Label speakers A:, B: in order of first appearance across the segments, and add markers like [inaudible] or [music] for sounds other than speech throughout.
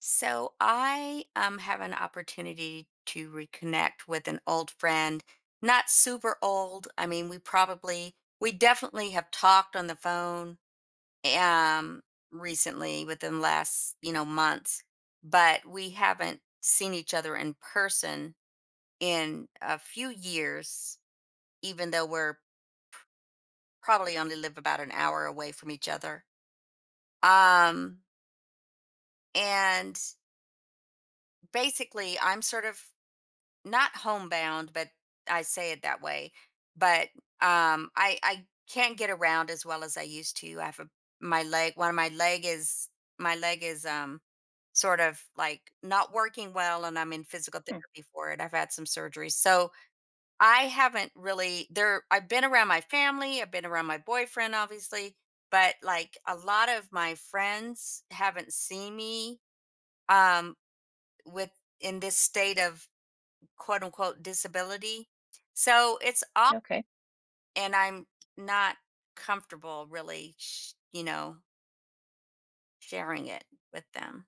A: So I have an opportunity to reconnect with an old friend. Not super old. I mean, we definitely have talked on the phone um, recently within the last months, but we haven't seen each other in person in a few years, even though we're probably only live about an hour away from each other. Um, and basically, I'm sort of not homebound, but I say it that way. But I can't get around as well as I used to. My leg. One of my leg is My leg is sort of like not working well, and I'm in physical
B: Hmm,
A: therapy for it. I've had some surgeries, so I haven't really there. I've been around my family. I've been around my boyfriend, obviously, but like a lot of my friends haven't seen me um with in this state of quote unquote disability. So it's all,
B: okay.
A: and I'm not comfortable really, sharing it with them.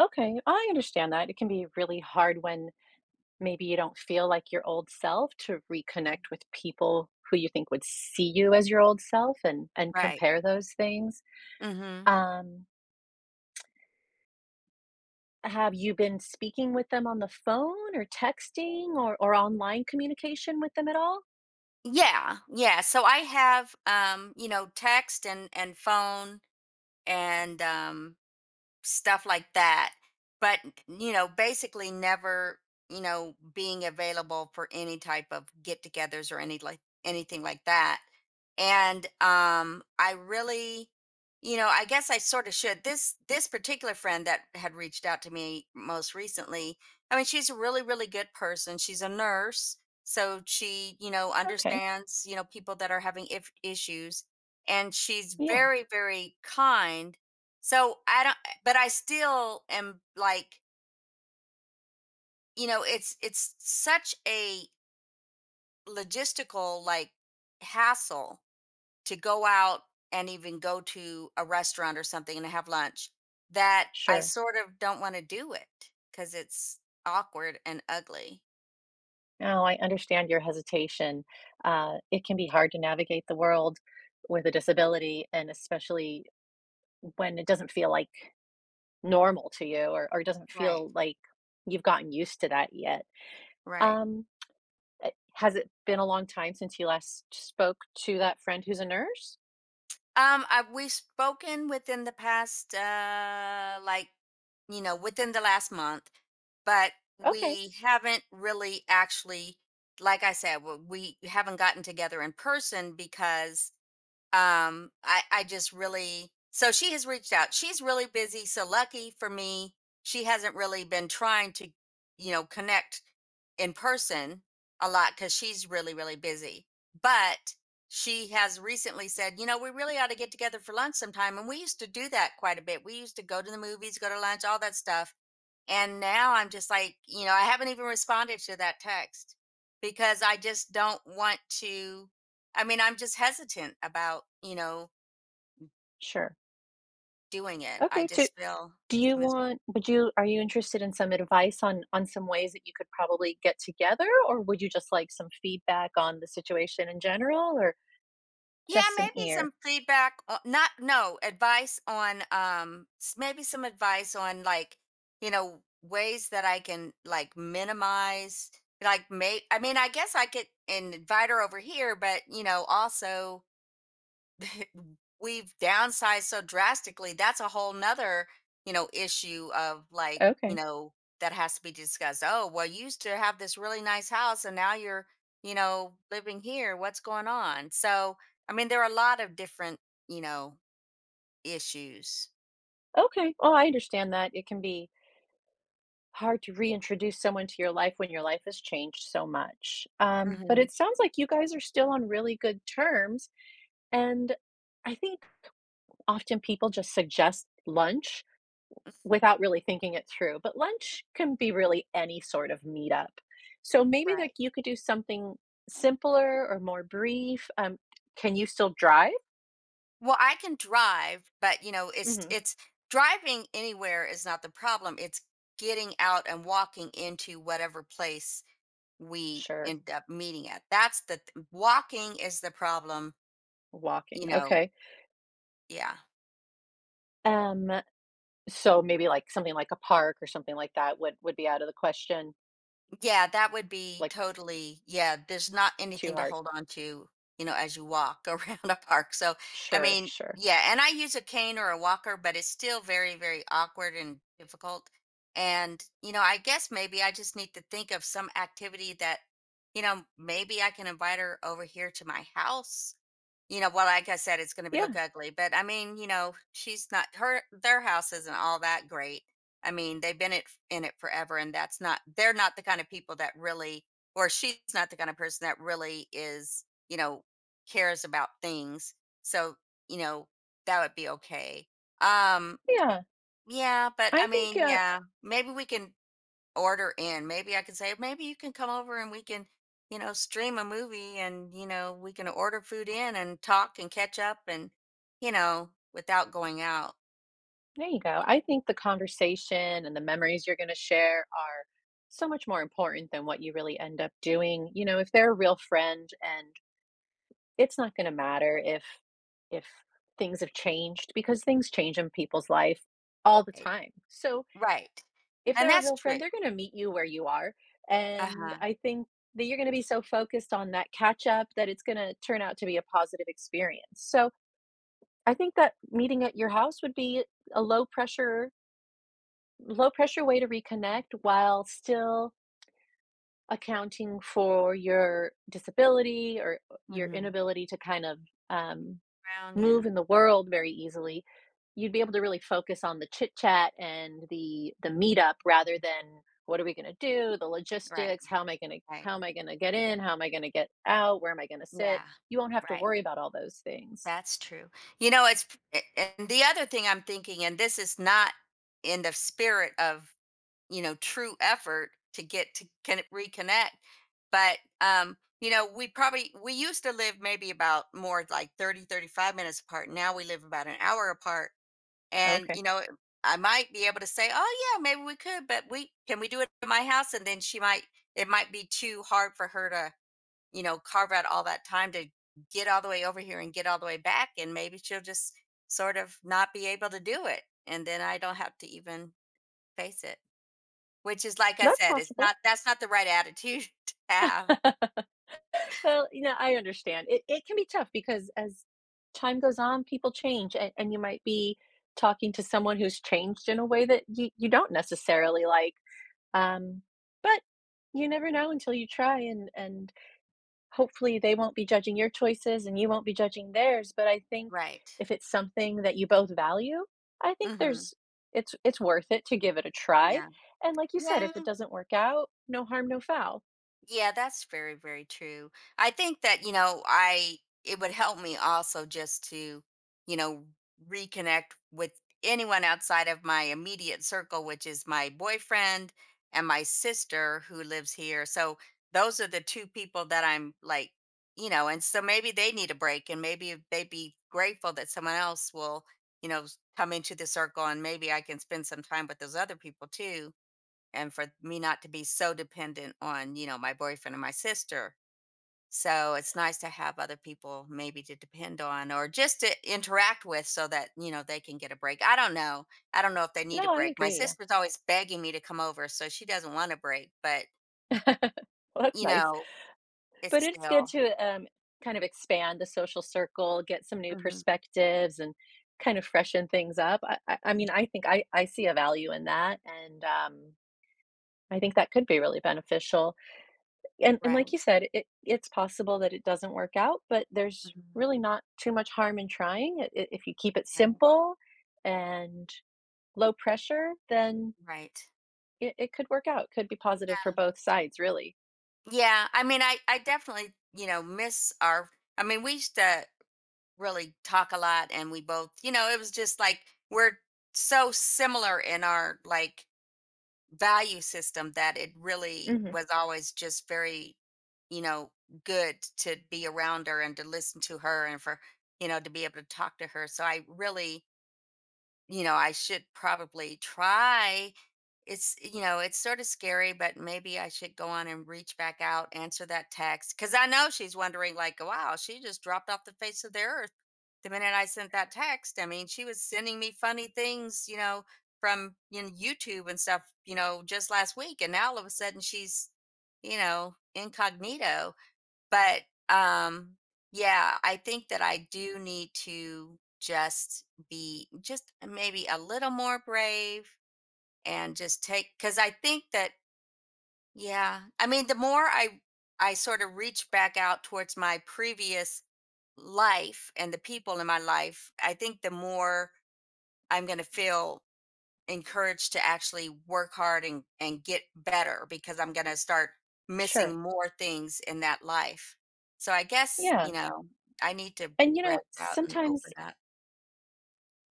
B: Okay, I understand that. It can be really hard when maybe you don't feel like your old self to reconnect with people who you think would see you as your old self and
A: Right.
B: compare those things.
A: Hmm.
B: Um, have you been speaking with them on the phone or texting or online communication with them at all?
A: Yeah. Yeah. So I have, text and phone and, stuff like that. But, basically never, being available for any type of get togethers or any like anything like that. And I really, I guess I sort of should. This particular friend that had reached out to me most recently, I mean, she's a really, really good person. She's a nurse. So she,
B: Okay.
A: understands, people that are having if issues. And she's
B: Yeah,
A: very, very kind. So I don't, but I still am like, it's such a logistical like hassle to go out and even go to a restaurant or something and have lunch that I
B: sure.
A: sort of don't want to do it because it's awkward and ugly.
B: No, I understand your hesitation. It can be hard to navigate the world with a disability, and especially when it doesn't feel like normal to you, or doesn't
A: Right,
B: feel like you've gotten used to that yet.
A: right.
B: Um, has it been a long time since you last spoke to that friend who's a nurse?
A: We've spoken within the past, like, within the last month, but
B: Okay,
A: we haven't really actually, like I said, we haven't gotten together in person because I just really. So she has reached out. She's really busy, so lucky for me she hasn't really been trying to connect in person a lot because she's really really busy. But she has recently said, we really ought to get together for lunch sometime. And we used to do that quite a bit. We used to go to the movies, go to lunch, all that stuff. And now I'm just like, I haven't even responded to that text because I just don't want to. I mean, I'm just hesitant about,
B: sure.
A: doing it. I
B: Okay, to
A: just feel
B: do
A: it's
B: you
A: mis-
B: want would you are you interested in some advice on some ways that you could probably get together, or would you just like some feedback on the situation in general, or
A: yeah,
B: just an
A: maybe
B: ear?
A: some feedback, not no advice on maybe some advice on like, ways that I can like minimize like make. I mean, I guess I could invite her over here, but also [laughs] we've downsized so drastically. That's a whole nother issue of like
B: Okay.
A: that has to be discussed. Oh well, you used to have this really nice house and now you're living here. What's going on? So I mean there are a lot of different you know issues.
B: Okay. Oh, I understand that. It can be hard to reintroduce someone to your life when your life has changed so much. But
A: Hmm.
B: it sounds like you guys are still on really good terms. And I think often people just suggest lunch without really thinking it through. But lunch can be really any sort of meetup. So maybe like
A: Right.
B: you could do something simpler or more brief. Can you still drive?
A: Well, I can drive, but it's
B: Hmm.
A: it's driving anywhere is not the problem. It's getting out and walking into whatever place we
B: Sure.
A: end up meeting at. That's the walking is the problem,
B: Walking.
A: you know.
B: Okay.
A: Yeah.
B: Um, so maybe like something like a park or something like that would be out of the question,
A: Yeah, that would be
B: like
A: totally yeah, there's not
B: too
A: anything to
B: hard.
A: hold on to, as you walk [laughs] around a park. So, I
B: Sure,
A: mean,
B: sure.
A: yeah, and I use a cane or a walker, but it's still very very awkward and difficult. And, I guess maybe I just need to think of some activity that maybe I can invite her over here to my house. Well, like I said, it's gonna be
B: Yeah,
A: look ugly, but I mean, she's not her their house isn't all that great. I mean, they've been it in it forever, and that's not they're not the kind of people that really, or she's not the kind of person that really is, cares about things. So, you know, that would be okay. Um,
B: yeah.
A: yeah, but I
B: I think,
A: mean,
B: uh
A: yeah, maybe we can order in. Maybe I can say, maybe you can come over and we can, stream a movie and, we can order food in and talk and catch up and, without going out.
B: there you go. I think the conversation and the memories you're gonna share are so much more important than what you really end up doing. You know, if they're a real friend, and it's not gonna matter if if things have changed, because things change in people's life all the
A: Eh,
B: time. So,
A: right.
B: if
A: And
B: they're a
A: that's
B: real
A: true.
B: friend, they're gonna meet you where you are,
A: Uh
B: and
A: huh.
B: I think that you're gonna be so focused on that catch up that it's gonna turn out to be a positive experience. So, I think that meeting at your house would be a low pressure, low pressure way to reconnect while still accounting for your disability, or your
A: Mm-hmm.
B: inability to kind of, um,
A: Brown.
B: move
A: Yeah.
B: in the world very easily. You'd be able to really focus on the chit chat and the meetup, rather than, "What are we gonna do? The
A: Right.
B: logistics, how am I gonna
A: Right.
B: how am I gonna get in? How am I gonna get out? Where am I gonna sit?"
A: Yeah.
B: You won't have to
A: Right.
B: worry about all those things.
A: That's true. It's, a- and the other thing I'm thinking, and this is not in the spirit of true effort to get to can reconnect. But we used to live maybe about more like 30, 35 minutes apart. Now we live about an hour apart. And
B: Okay.
A: I might be able to say, "Oh yeah, maybe we could, but we can we do it at my house?" And then she might it might be too hard for her to, carve out all that time to get all the way over here and get all the way back, and maybe she'll just sort of not be able to do it. And then I don't have to even face it. Which is like I
B: That's
A: said, it's
B: possible.
A: not that's not the right attitude [laughs] to have.
B: [laughs] Well, you know, I understand. It can be tough because as time goes on, people change, and you might be talking to someone who's changed in a way that you don't necessarily like. Um, but you never know until you try, and hopefully they won't be judging your choices, and you won't be judging theirs. But I think
A: Right.
B: if it's something that you both value, I think
A: Mhm.
B: there's it's worth it to give it a try.
A: Yeah.
B: And like you said,
A: Yeah.
B: if it doesn't work out, no harm, no foul.
A: Yeah, that's very, very true. I think that, I it would help me also just to, you know, reconnect with anyone outside of my immediate circle, which is my boyfriend and my sister who lives here. So those are the two people that I'm like, and so maybe they need a break and maybe they'd be grateful that someone else will, come into the circle, and maybe I can spend some time with those other people too, and for me not to be so dependent on, my boyfriend and my sister. So it's nice to have other people maybe to depend on or just to interact with so that, they can get a break. I don't know. I don't know if they need a
B: No, I
A: break. My
B: agree.
A: sister's always begging me to come over, so she doesn't want a break, but
B: [laughs] Well, that's
A: you
B: nice.
A: know,
B: But
A: it's
B: it's good
A: still.
B: to kind of expand the social circle, get some new
A: Mhm.
B: perspectives, and kind of freshen things up. I mean, I think I see a value in that, and I think that could be really beneficial. And
A: Right.
B: like you said, it it's possible that it doesn't work out, but there's
A: Mhm.
B: really not too much harm in trying. If you keep it
A: Right.
B: simple and low pressure, then
A: Right.
B: it could work out. Could be positive for
A: Yeah.
B: both sides, really.
A: Yeah. I mean, I definitely, miss our, I mean, we used to really talk a lot, and we both it was just like we're so similar in our like value system that it really
B: Hmm.
A: was always just very you know good to be around her and to listen to her and for to be able to talk to her. So I really, I should probably try. It's sort of scary, but maybe I should go on and reach back out, answer that text. Cause I know she's wondering, like, wow, she just dropped off the face of the earth the minute I sent that text. I mean, she was sending me funny things, from YouTube and stuff, just last week. And now all of a sudden she's, incognito. But, um, yeah, I think that I do need to just be just maybe a little more brave and just take because I think that, yeah, I mean, the more I sort of reach back out towards my previous life and the people in my life, I think the more I'm going to feel encouraged to actually work hard and get better because I'm going to start missing
B: Sure.
A: more things in that life. So I guess,
B: Yeah.
A: I need to
B: And you
A: breath
B: know,
A: out and open up.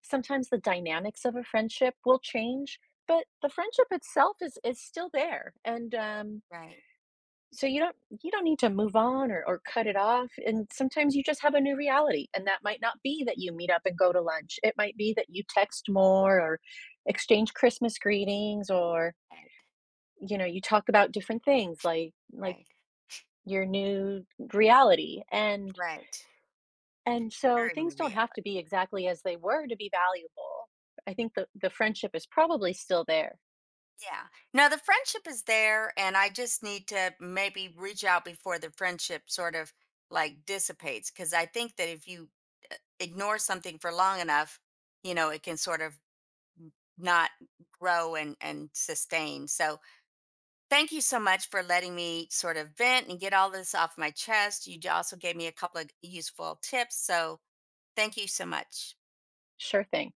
B: sometimes the dynamics of a friendship will change, but the friendship itself is still there, and,
A: Right.
B: so you don't need to move on or cut it off, and sometimes you just have a new reality, and that might not be that you meet up and go to lunch. It might be that you text more, or exchange Christmas greetings, or,
A: Right.
B: you know, you talk about different things, like
A: Right.
B: your new reality.
A: Right.
B: And so
A: Very
B: things
A: real.
B: don't have
A: Yeah.
B: to be exactly as they were to be valuable. I think the, friendship is probably still there.
A: Yeah. Now the friendship is there, and I just need to maybe reach out before the friendship sort of like dissipates cuz I think that if you ignore something for long enough, it can sort of not grow and sustain. So thank you so much for letting me sort of vent and get all this off my chest. You also gave me a couple of useful tips. So thank you so much.
B: Sure thing.